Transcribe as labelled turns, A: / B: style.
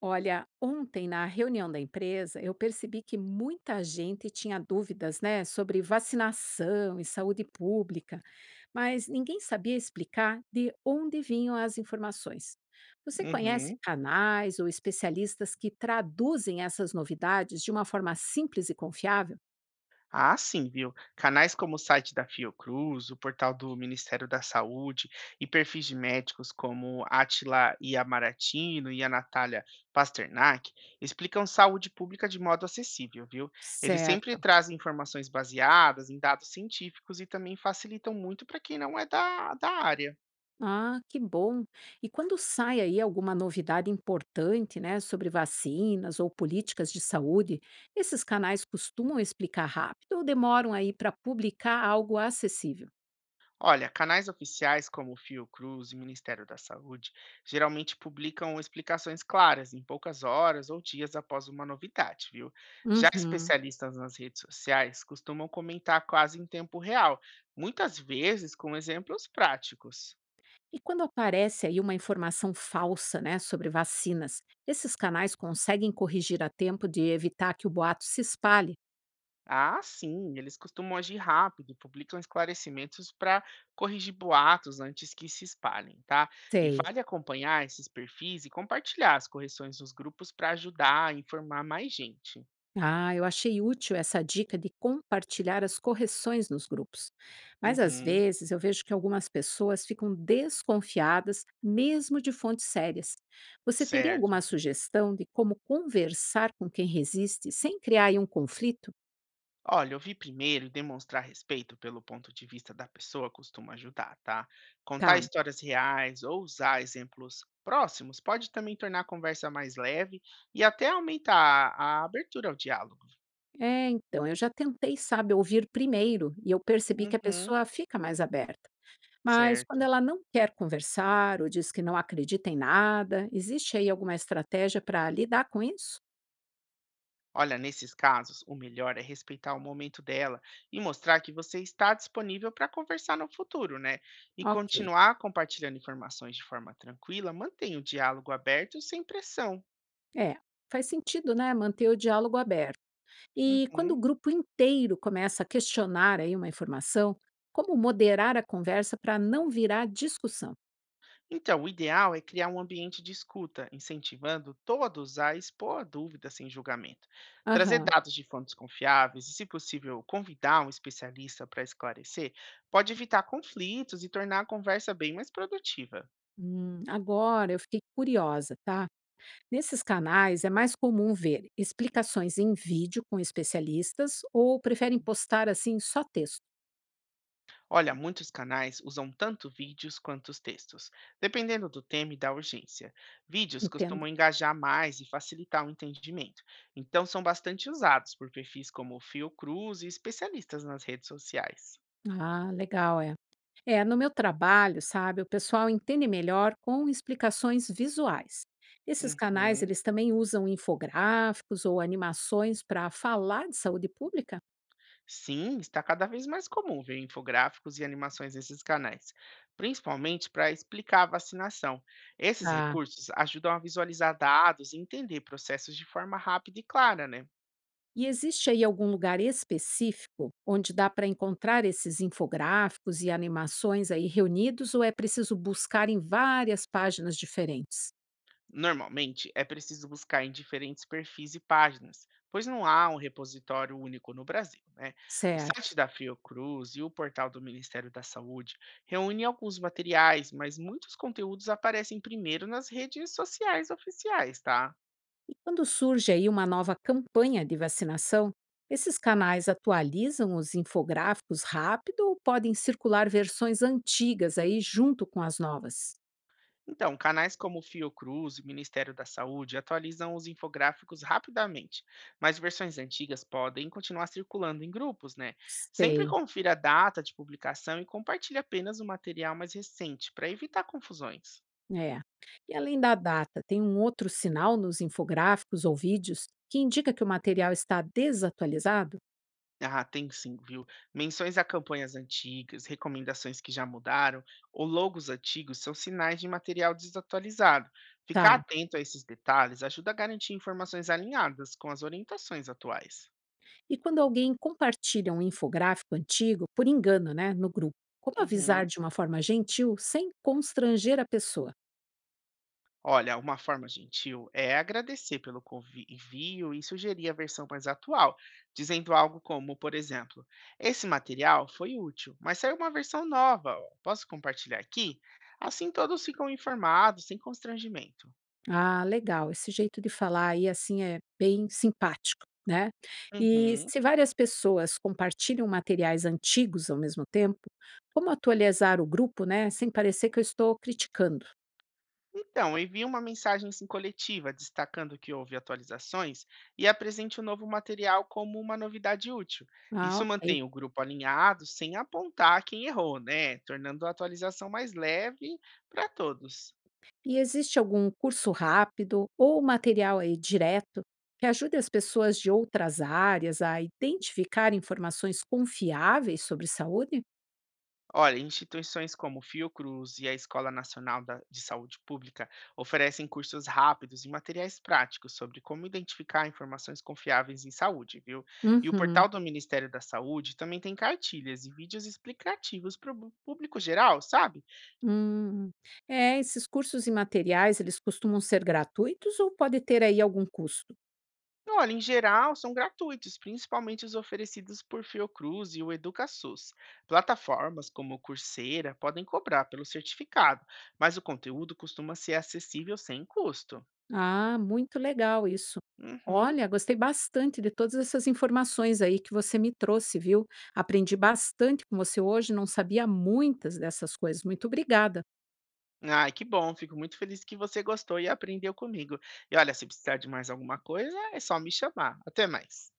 A: Olha, ontem na reunião da empresa, eu percebi que muita gente tinha dúvidas, né, sobre vacinação e saúde pública, mas ninguém sabia explicar de onde vinham as informações. Você conhece
B: Uhum.
A: canais ou especialistas que traduzem essas novidades de uma forma simples e confiável?
B: Ah, sim, viu? Canais como o site da Fiocruz, o portal do Ministério da Saúde e perfis de médicos como Atila Iamarantino e a Natália Pasternak explicam saúde pública de modo acessível, viu? Eles sempre
A: Certo.
B: trazem informações baseadas em dados científicos e também facilitam muito para quem não é da área.
A: Ah, que bom! E quando sai aí alguma novidade importante, né, sobre vacinas ou políticas de saúde, esses canais costumam explicar rápido ou demoram aí para publicar algo acessível?
B: Olha, canais oficiais como o Fiocruz e Ministério da Saúde geralmente publicam explicações claras em poucas horas ou dias após uma novidade, viu? Já
A: Uhum.
B: especialistas nas redes sociais costumam comentar quase em tempo real, muitas vezes com exemplos práticos.
A: E quando aparece aí uma informação falsa, né, sobre vacinas, esses canais conseguem corrigir a tempo de evitar que o boato se espalhe?
B: Ah, sim, eles costumam agir rápido, publicam esclarecimentos para corrigir boatos antes que se espalhem, tá? E
A: Sei.
B: vale acompanhar esses perfis e compartilhar as correções nos grupos para ajudar a informar mais gente.
A: Ah, eu achei útil essa dica de compartilhar as correções nos grupos. Mas às
B: Uhum,
A: vezes eu vejo que algumas pessoas ficam desconfiadas, mesmo de fontes sérias. Você teria alguma
B: certo.
A: sugestão de como conversar com quem resiste sem criar aí um conflito?
B: Olha, ouvir primeiro e demonstrar respeito pelo ponto de vista da pessoa costuma ajudar, tá? Contar
A: Tá.
B: histórias reais ou usar exemplos próximos pode também tornar a conversa mais leve e até aumentar a abertura ao diálogo.
A: É, então, eu já tentei, sabe, ouvir primeiro e eu percebi que a
B: Uhum,
A: pessoa fica mais aberta. Mas quando
B: certo.
A: ela não quer conversar ou diz que não acredita em nada, existe aí alguma estratégia para lidar com isso?
B: Olha, nesses casos, o melhor é respeitar o momento dela e mostrar que você está disponível para conversar no futuro, né? E
A: Ok.
B: continuar compartilhando informações de forma tranquila, mantém o diálogo aberto sem pressão.
A: É, faz sentido, né, manter o diálogo aberto. E quando
B: Uhum.
A: o grupo inteiro começa a questionar aí uma informação, como moderar a conversa para não virar discussão?
B: Então, o ideal é criar um ambiente de escuta, incentivando todos a expor dúvidas sem julgamento, trazer
A: Aham.
B: dados de fontes confiáveis e, se possível, convidar um especialista para esclarecer, pode evitar conflitos e tornar a conversa bem mais produtiva.
A: Agora eu fiquei curiosa, tá? Nesses canais é mais comum ver explicações em vídeo com especialistas ou preferem postar assim só texto,
B: Olha, muitos canais usam tanto vídeos quanto os textos, dependendo do tema e da urgência. Vídeos
A: entendo.
B: costumam engajar mais e facilitar o entendimento, então são bastante usados por perfis como o Fiocruz e especialistas nas redes sociais.
A: Ah, legal, é. É, no meu trabalho, sabe, o pessoal entende melhor com explicações visuais. Esses canais,
B: Uhum.
A: eles também usam infográficos ou animações para falar de saúde pública?
B: Sim, está cada vez mais comum ver infográficos e animações nesses canais, principalmente para explicar a vacinação. Esses
A: Tá.
B: recursos ajudam a visualizar dados e entender processos de forma rápida e clara, né?
A: E existe aí algum lugar específico onde dá para encontrar esses infográficos e animações aí reunidos ou é preciso buscar em várias páginas diferentes?
B: Normalmente, é preciso buscar em diferentes perfis e páginas, pois não há um repositório único no Brasil, né? O site
A: Certo.
B: da Fiocruz e o portal do Ministério da Saúde reúnem alguns materiais, mas muitos conteúdos aparecem primeiro nas redes sociais oficiais, tá?
A: Quando surge aí uma nova campanha de vacinação, esses canais atualizam os infográficos rápido ou podem circular versões antigas aí junto com as novas?
B: Então, canais como o Fiocruz e o Ministério da Saúde atualizam os infográficos rapidamente, mas versões antigas podem continuar circulando em grupos, né? Sempre
A: Sei,
B: confira a data de publicação e compartilhe apenas o material mais recente para evitar confusões.
A: é. E além da data, tem um outro sinal nos infográficos ou vídeos que indica que o material está desatualizado?
B: Ah, tem sim, viu? Menções a campanhas antigas, recomendações que já mudaram ou logos antigos são sinais de material desatualizado. Ficar
A: Tá.
B: atento a esses detalhes ajuda a garantir informações alinhadas com as orientações atuais.
A: E quando alguém compartilha um infográfico antigo, por engano, né, no grupo, como avisar
B: Uhum.
A: de uma forma gentil sem constranger a pessoa?
B: Olha, uma forma gentil é agradecer pelo envio e sugerir a versão mais atual, dizendo algo como, por exemplo, esse material foi útil, mas saiu uma versão nova. Ó, posso compartilhar aqui? Assim todos ficam informados, sem constrangimento.
A: Ah, legal. Esse jeito de falar aí, assim, é bem simpático, né? E
B: Uhum.
A: se várias pessoas compartilham materiais antigos ao mesmo tempo, como atualizar o grupo, né, sem parecer que eu estou criticando?
B: Então, envie uma mensagem assim, coletiva, destacando que houve atualizações e apresente o novo material como uma novidade útil.
A: Ah,
B: Isso
A: ok.
B: mantém o grupo alinhado sem apontar quem errou, né? Tornando a atualização mais leve para todos.
A: E existe algum curso rápido ou material aí direto que ajude as pessoas de outras áreas a identificar informações confiáveis sobre saúde?
B: Olha, instituições como Fiocruz e a Escola Nacional de Saúde Pública oferecem cursos rápidos e materiais práticos sobre como identificar informações confiáveis em saúde, viu? E o
A: Uhum.
B: portal do Ministério da Saúde também tem cartilhas e vídeos explicativos para o público geral, sabe?
A: Hum. É, esses cursos e materiais, eles costumam ser gratuitos ou pode ter aí algum custo?
B: E olha, em geral, são gratuitos, principalmente os oferecidos por Fiocruz e o EducaSUS. Plataformas como o Coursera podem cobrar pelo certificado, mas o conteúdo costuma ser acessível sem custo.
A: Ah, muito legal isso.
B: Uhum.
A: Olha, gostei bastante de todas essas informações aí que você me trouxe, viu? Aprendi bastante com você hoje, não sabia muitas dessas coisas. Muito obrigada.
B: Ai, que bom, fico muito feliz que você gostou e aprendeu comigo. E olha, se precisar de mais alguma coisa, é só me chamar. Até mais.